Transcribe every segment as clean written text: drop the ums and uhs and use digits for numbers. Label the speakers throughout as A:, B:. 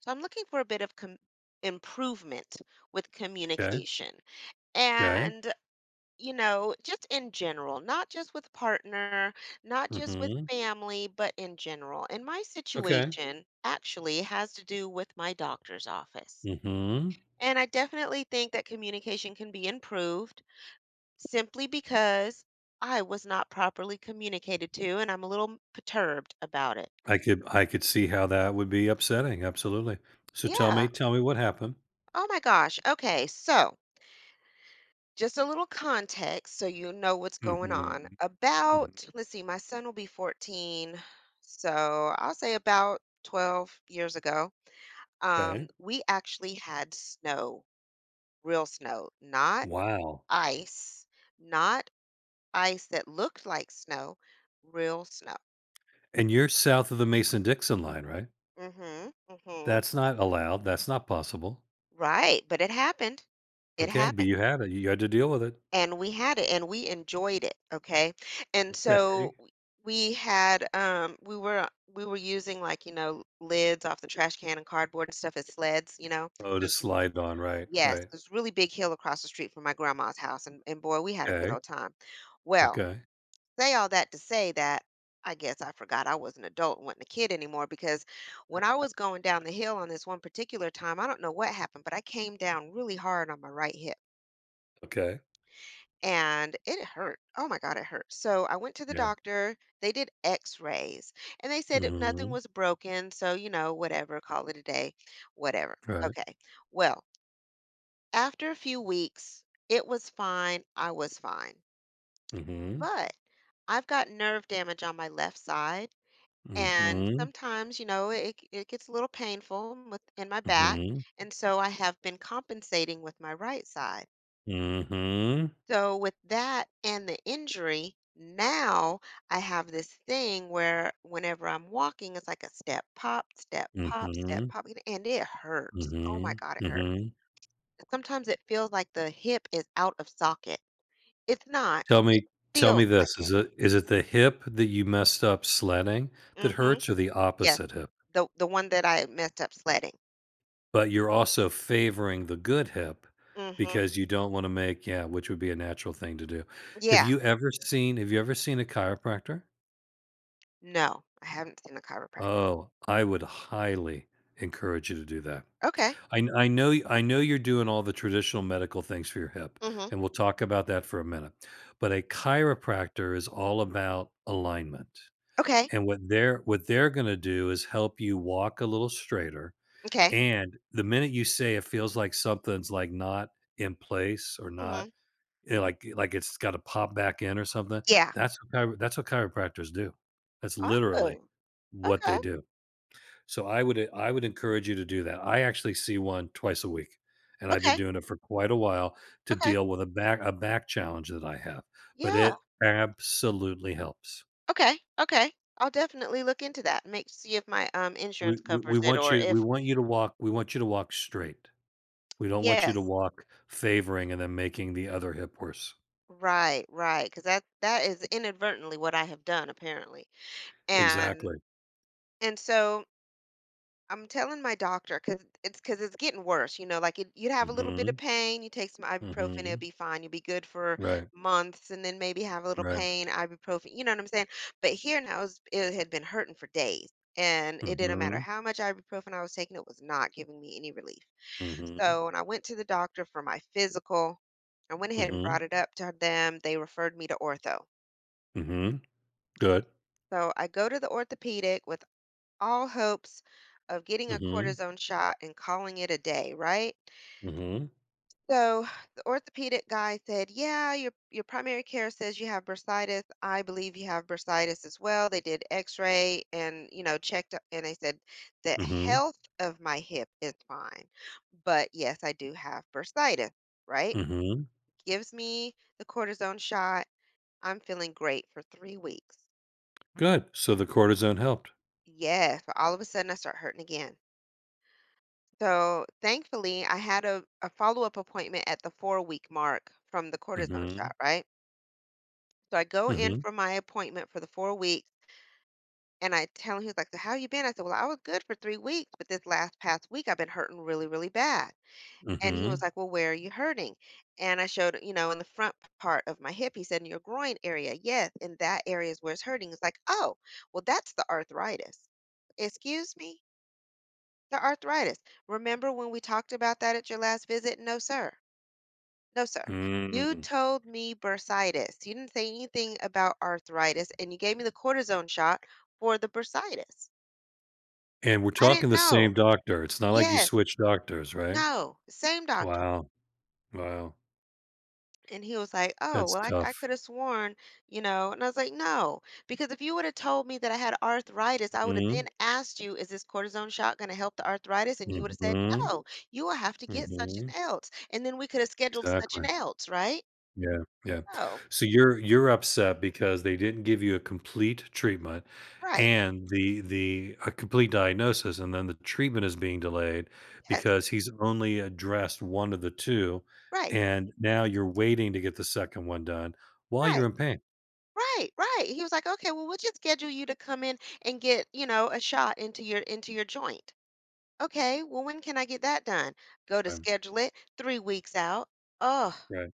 A: So I'm looking for a bit of improvement with
B: Okay.
A: communication
B: 'Kay.
A: and, you know, just in general, not just with partner, not just with
B: Mhm.
A: family, but in general. And my
B: Okay.
A: situation actually has to do with my doctor's office.
B: Mhm.
A: And I definitely think that communication can be improved simply because I was not properly communicated to, and I'm a little perturbed about it.
B: I could see how that would be upsetting, absolutely. So tell me
A: Yeah.
B: tell me what happened.
A: Oh my gosh. Okay. So, just a little context so you know what's going on.
B: Mhm. Mhm.
A: About, let's see, my son will be 14. So I'll say about 12 years ago,
B: 'Kay.
A: we actually had snow, real snow, not
B: Wow.
A: ice, not ice that looked like snow, real snow.
B: And you're south of the Mason-Dixon line, right?
A: Mm-hmm. Mm-hmm.
B: That's not allowed, that's not possible.
A: Right. But it happened. It
B: Okay, but
A: happened.
B: you had it, you had to deal with it.
A: And we had it and we enjoyed it, okay? And so
B: Okay.
A: we had, we were using, like, you know, lids off the trash can and cardboard and stuff as sleds, you know?
B: Oh, to
A: There's r
B: slide on, right,
A: yes,
B: right.
A: there's a really big hill across the street from my grandma's house, and boy, we had a good
B: Okay,
A: old time. Well,
B: okay,
A: say all that to say that I guess I forgot I was an adult and wasn't a kid anymore because when I was going down the hill on this one particular time, I don't know what happened, but I came down really hard on my right hip
B: okay.
A: and it hurt. Oh my God, it hurt. So I went to the
B: Yeah.
A: doctor. They did x rays and they nothing
B: Mhm.
A: was broken. So, you know, whatever, call it a day, whatever.
B: Right.
A: Okay. Well, after a few weeks, it was fine. I was fine.
B: Mhm.
A: But I've got nerve damage on my left side. And
B: Mhm.
A: sometimes, you know, it gets a little painful in my back.
B: Mhm.
A: And so I have been compensating with my right side.
B: Mhm.
A: So with that and the injury, now I have this thing where whenever I'm walking, it's like a step pop, step pop, step
B: Mhm.
A: pop, and it hurts. Oh my
B: Mhm,
A: God, it hurts.
B: mhm.
A: Sometimes it feels like the hip is out of socket. It's not,
B: Tell
A: but it
B: me tell
A: feels
B: me this,
A: like it.
B: is it the hip that you messed up sledding that
A: Mm-hmm.
B: hurts or the
A: Yes,
B: opposite hip?
A: the one that I messed up sledding.
B: But you're also favoring the good hip
A: Mm-hmm.
B: because you don't wanna make, yeah, which would be a natural thing to do. Have
A: Yeah.
B: you ever seen have you ever seen a chiropractor?
A: No, I haven't seen a chiropractor.
B: Oh, I would highly encourage you to do that.
A: Okay.
B: I know you're doing all the traditional medical things for your hip,
A: Mm-hmm.
B: and we'll talk about that for a minute, but a chiropractor is all about alignment.
A: Okay.
B: And what they're gonna do is help you walk a little straighter,
A: Okay.
B: and the minute you say it feels like something's, like, not in place or not,
A: Mm-hmm.
B: like, it's gotta pop back in or something,
A: Yeah.
B: that's what chiropractors do. That's literally
A: Oh.
B: what they
A: Okay.
B: do. So I would encourage you to do that. I actually see one twice a week, and I've been
A: Okay.
B: doing it for quite a while to
A: Okay. Okay.
B: deal with a back challenge that I have, but
A: Yeah.
B: it absolutely helps.
A: Okay, okay. I'll definitely look into that. And make see if my insurance covers it or
B: We
A: if
B: want you to walk we want you to walk straight. We don't want you to
A: yes.
B: walk favoring and then making the other hip worse.
A: Right, right, because that is inadvertently what I have done apparently. And
B: Exactly.
A: so I'm telling my doctor because it's getting worse. You know, like it, you'd have a little bit of
B: Mhm,
A: pain, you take some ibuprofen, it'll
B: mhm.
A: be fine. You'll be good for
B: Right,
A: months, and then maybe have a little
B: right.
A: pain, ibuprofen. You know what I'm saying? But here now, it had been hurting for days, and it didn't matter
B: Mhm,
A: how much ibuprofen I was taking, it was not giving me any relief.
B: mhm,
A: So, and I went to the doctor for my physical. I went ahead and
B: mhm,
A: brought it up to them. They referred me to ortho.
B: mhm. Good.
A: So I go to the orthopedic with all hopes of getting a
B: Mhm,
A: cortisone shot and calling it a day, right?
B: mhm,
A: So the orthopedic guy said, "Yeah, your primary care says you have bursitis. I believe you have bursitis as well." They did x-ray and, you know, checked up and they said the
B: mhm,
A: health of my hip is fine. But yes, I do have bursitis, right?
B: mhm.
A: Gives me the cortisone shot, I'm feeling great for 3 weeks.
B: Good. So the cortisone helped.
A: Yes, but all of a sudden I start hurting again. So thankfully, I had a follow up appointment at the 4 week mark from the cortisone shot,
B: Mhm,
A: right? So I go in
B: mhm,
A: for my appointment for the 4 weeks and I tell him, he was like, so how you been? I said, well, I was good for 3 weeks, but this last past week I've been hurting really, really bad. And he was
B: mhm,
A: like, "Well, where are you hurting?" And I showed, you know, in the front part of my hip. He said, "In your groin area." "Yes, in that area is where it's hurting." It's like, "Oh, well, that's the arthritis." "Excuse me? The arthritis. Remember when we talked about that at your last visit? No, sir. No, sir. You
B: mm.
A: told me bursitis. You didn't say anything about arthritis, and you gave me the cortisone shot for the bursitis.
B: And we're
A: I didn't
B: talking the
A: know.
B: same doctor. It's not like you
A: Yes.
B: switch doctors, right?
A: No. Same doctor.
B: Wow, wow.
A: And he was like, "Oh,
B: That's
A: well, I
B: tough.
A: could have sworn, you know." And I was like, "No, because if you would have told me that I had arthritis, I would have
B: Mhm.
A: then asked you, is this cortisone shot going to help the arthritis? And you would have said,
B: Mhm,
A: no, you will have to get such
B: mhm.
A: an else. And then we could have scheduled such an
B: Exactly.
A: else, right?
B: Yeah, yeah.
A: Oh,
B: So you're upset because they didn't give you a complete treatment
A: right.
B: and the a complete diagnosis, and then the treatment is being delayed
A: Yes,
B: because he's only addressed one of the 2,
A: right,
B: and now you're waiting to get the second one done while you're
A: right.
B: in pain.
A: Right, right. He was like, "Okay, well, we'll just schedule you to come in and get, you know, a shot into your joint." Okay, well, when can I get that done? Go to
B: Right,
A: schedule it 3 weeks out. Oh.
B: right.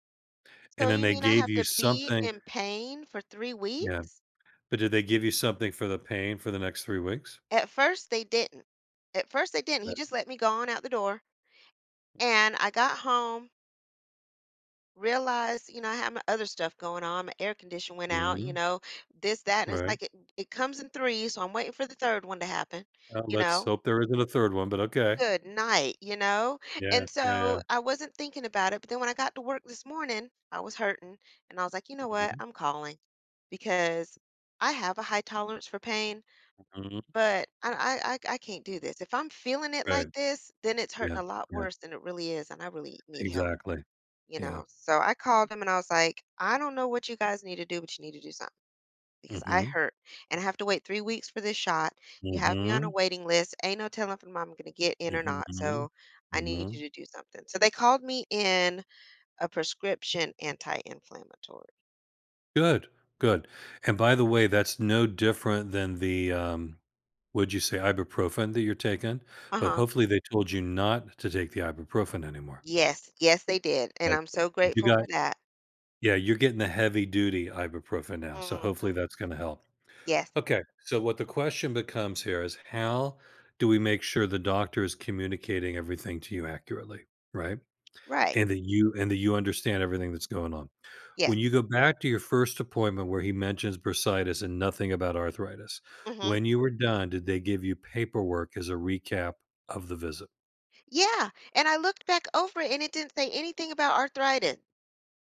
A: So
B: And then
A: you
B: they
A: mean I
B: gave
A: have
B: you
A: to be
B: something.
A: in pain for 3
B: Yeah,
A: weeks?
B: but did they give you something for the pain for the next 3 weeks?
A: At first, they didn't. At first, they didn't. He
B: Right.
A: just let me go on out the door, and I got home, realized, you know, I had my other stuff going on. My air condition went out, you
B: Mhm,
A: know, this, that, and it's
B: right.
A: like it comes in threes, so I'm waiting for the third one to happen,
B: Well,
A: you
B: let's
A: know.
B: hope there isn't a third one, but okay.
A: Good night, you know?
B: Yeah,
A: And
B: yeah, yeah.
A: so I wasn't thinking about it, but then when I got to work this morning, I was hurting, and I was like, "You know what?
B: Mhm,
A: I'm calling because I have a high tolerance for pain,
B: mhm.
A: but I can't do this. If I'm feeling it
B: Right,
A: like this, then it's hurting
B: yeah,
A: a lot
B: yeah,
A: worse than it really is, and I really need help,
B: exactly.
A: you
B: Yeah.
A: know? So I called him and I was like, "I don't know what you guys need to do, but you need to do something because I
B: Mhm,
A: hurt and I have to wait 3 weeks for this shot. You have me on a
B: mhm,
A: waiting list. Ain't no telling if I'm gonna get in or
B: mhm,
A: not, so I need
B: mhm.
A: you to do something." So they called me in a prescription anti-inflammatory.
B: Good, good, and by the way, that's no different than the, would you say, ibuprofen that you're taking? But
A: Uh-huh.
B: hopefully they told you not to take the ibuprofen anymore.
A: Yes, yes, they did, and
B: But
A: I'm so
B: you
A: grateful for
B: got
A: that.
B: yeah, you're getting the heavy duty ibuprofen now, so
A: Mhm.
B: hopefully that's gonna help.
A: Yes.
B: Okay, so what the question becomes here is how do we make sure the doctor is communicating everything to you accurately, right?
A: Right.
B: And that you understand everything that's going on.
A: Yes.
B: When you go back to your first appointment where he mentions bursitis and nothing about arthritis,
A: Mhm.
B: when you were done, did they give you paperwork as a recap of the visit?
A: Yeah, and I looked back over it, and it didn't say anything about arthritis.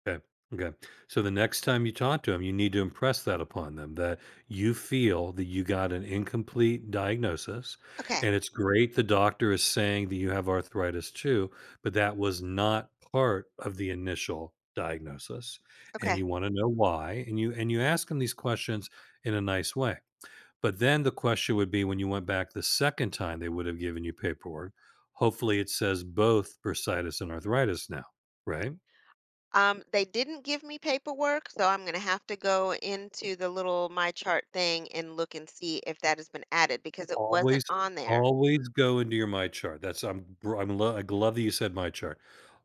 B: Okay. Okay. So the next time you talk to them, you need to impress that upon them that you feel that you got an incomplete diagnosis.
A: Okay,
B: And it's great the doctor is saying that you have arthritis too, but that was not part of the initial diagnosis. And
A: okay.
B: you want to know why. And you ask them these questions in a nice way. But then the question would be, when you went back the second time, they would have given you paperwork. Hopefully it says both bursitis and arthritis now, right?
A: They didn't give me paperwork, so I'm gonna have to go into the little My Chart thing and look and see if that has been added because it wasn't
B: Always,
A: on there.
B: always go into your My Chart. That's I'm br I'm lo I love that you said My Chart.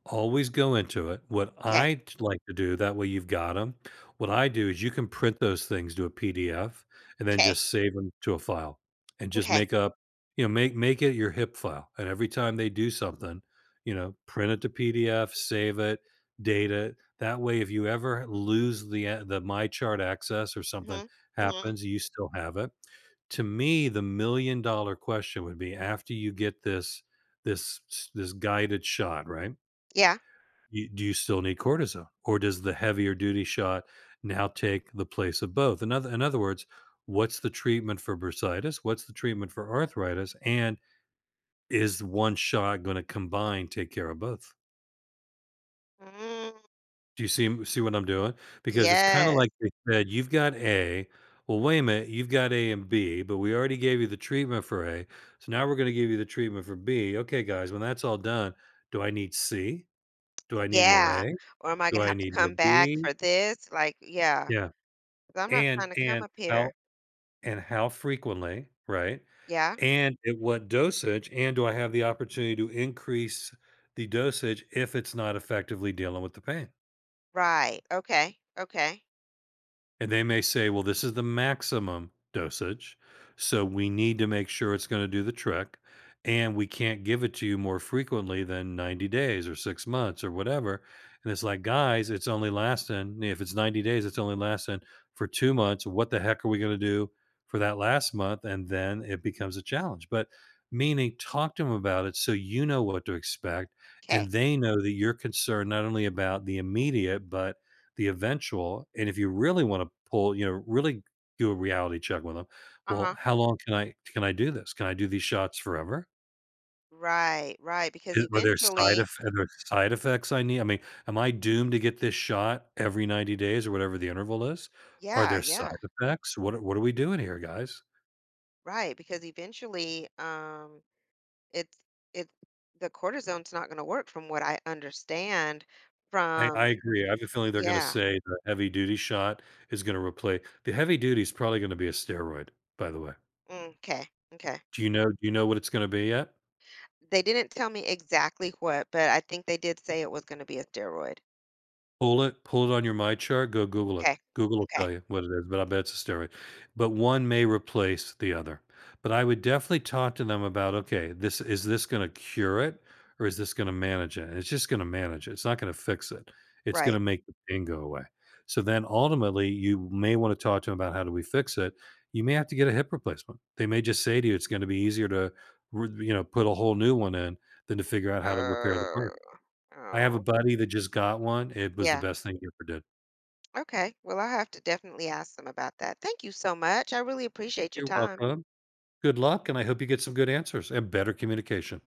B: Always go into it. What
A: Okay,
B: I t like to do, that way you've got them. What I do is you can print those things to a PDF and then
A: okay,
B: just save them to a file and just
A: okay.
B: make up you know, make make it your HIP file, and every time they do something, print it to PDF, save it, date it. That way, if you ever lose the My Chart access or something
A: Mhm, mhm.
B: happens, you still have it. To me, the million dollar question would be, after you get this this guided shot, right?
A: Yeah.
B: Do you still need cortisone, or does the heavier duty shot now take the place of both? In other words, what's the treatment for bursitis? What's the treatment for arthritis? And is one shot going to combine take care of both?
A: Mm,
B: Do you see what I'm doing? Because it's kinda
A: yes,
B: like they said, "You've got A. Well, wait a minute, you've got A and B, but we already gave you the treatment for A, so now we're gonna give you the treatment for B. Okay, guys, when that's all done, do I need C? Do I need more
A: yeah.
B: A?
A: Or am I
B: Do
A: gonna
B: I
A: have to
B: need more
A: come back
B: B?"
A: for this? Like, yeah,
B: Yeah,
A: 'cause I'm not
B: and
A: trying to come
B: and
A: up
B: how
A: here.
B: and how frequently, right?
A: Yeah,
B: And at what dosage, and do I have the opportunity to increase the dosage if it's not effectively dealing with the pain?
A: right. Okay, okay,
B: And they may say, well, this is the maximum dosage. So we need to make sure it's going to do the trick. And we can't give it to you more frequently than 90 days or 6 months or whatever. And it's like, guys, it's only lasting, if it's 90 days, it's only lasting for 2 months. What the heck are we going to do for that last month? And then it becomes a challenge. But meaning, talk to them about it so you know what to expect.
A: okay.
B: And they know that you're concerned not only about the immediate, but the eventual. And if you really want to pull you know really do a reality check with them, well,
A: Uh-huh.
B: how long can I do this? Can I do these shots forever?
A: Right, right, because
B: Is- are there side
A: eventually
B: eff- are there side effects? I mean, am I doomed to get this shot every 90 days or whatever the interval is? Are
A: yeah,
B: there
A: yeah,
B: side effects? What are we doing here, guys?
A: right, because eventually, it's it's the cortisone's not gonna work from what I understand
B: I
A: from
B: agree. I have a feeling they're going to
A: yeah,
B: say the heavy duty shot is going to replace, the heavy duty is probably going to be a steroid. By the way,
A: mm, okay, okay.
B: do you know? Do you know what it's going to be yet?
A: They didn't tell me exactly what, but I think they did say it was gonna be a steroid.
B: Pull it on your My Chart, go Google it.
A: Okay,
B: Google will
A: okay,
B: tell you what it is, but I bet it's a steroid. But one may replace the other. But I would definitely talk to them about, okay, this gonna cure it or is this gonna manage it? And it's just gonna manage it. It's not gonna fix it. It's
A: right.
B: gonna make the pain go away. So then ultimately, you may wanna talk to them about how do we fix it. You may have to get a hip replacement. They may just say to you, it's gonna be easier to, put a whole new one in than to figure out how to repair the part.
A: Oh,
B: I have a
A: oh.
B: buddy that just got one. It was the
A: Yeah,
B: best thing he ever did.
A: okay, well, I'll have to definitely ask them about that. Thank you so much, I really appreciate your
B: You're
A: time.
B: welcome. Good luck, and I hope you get some good answers and better communication.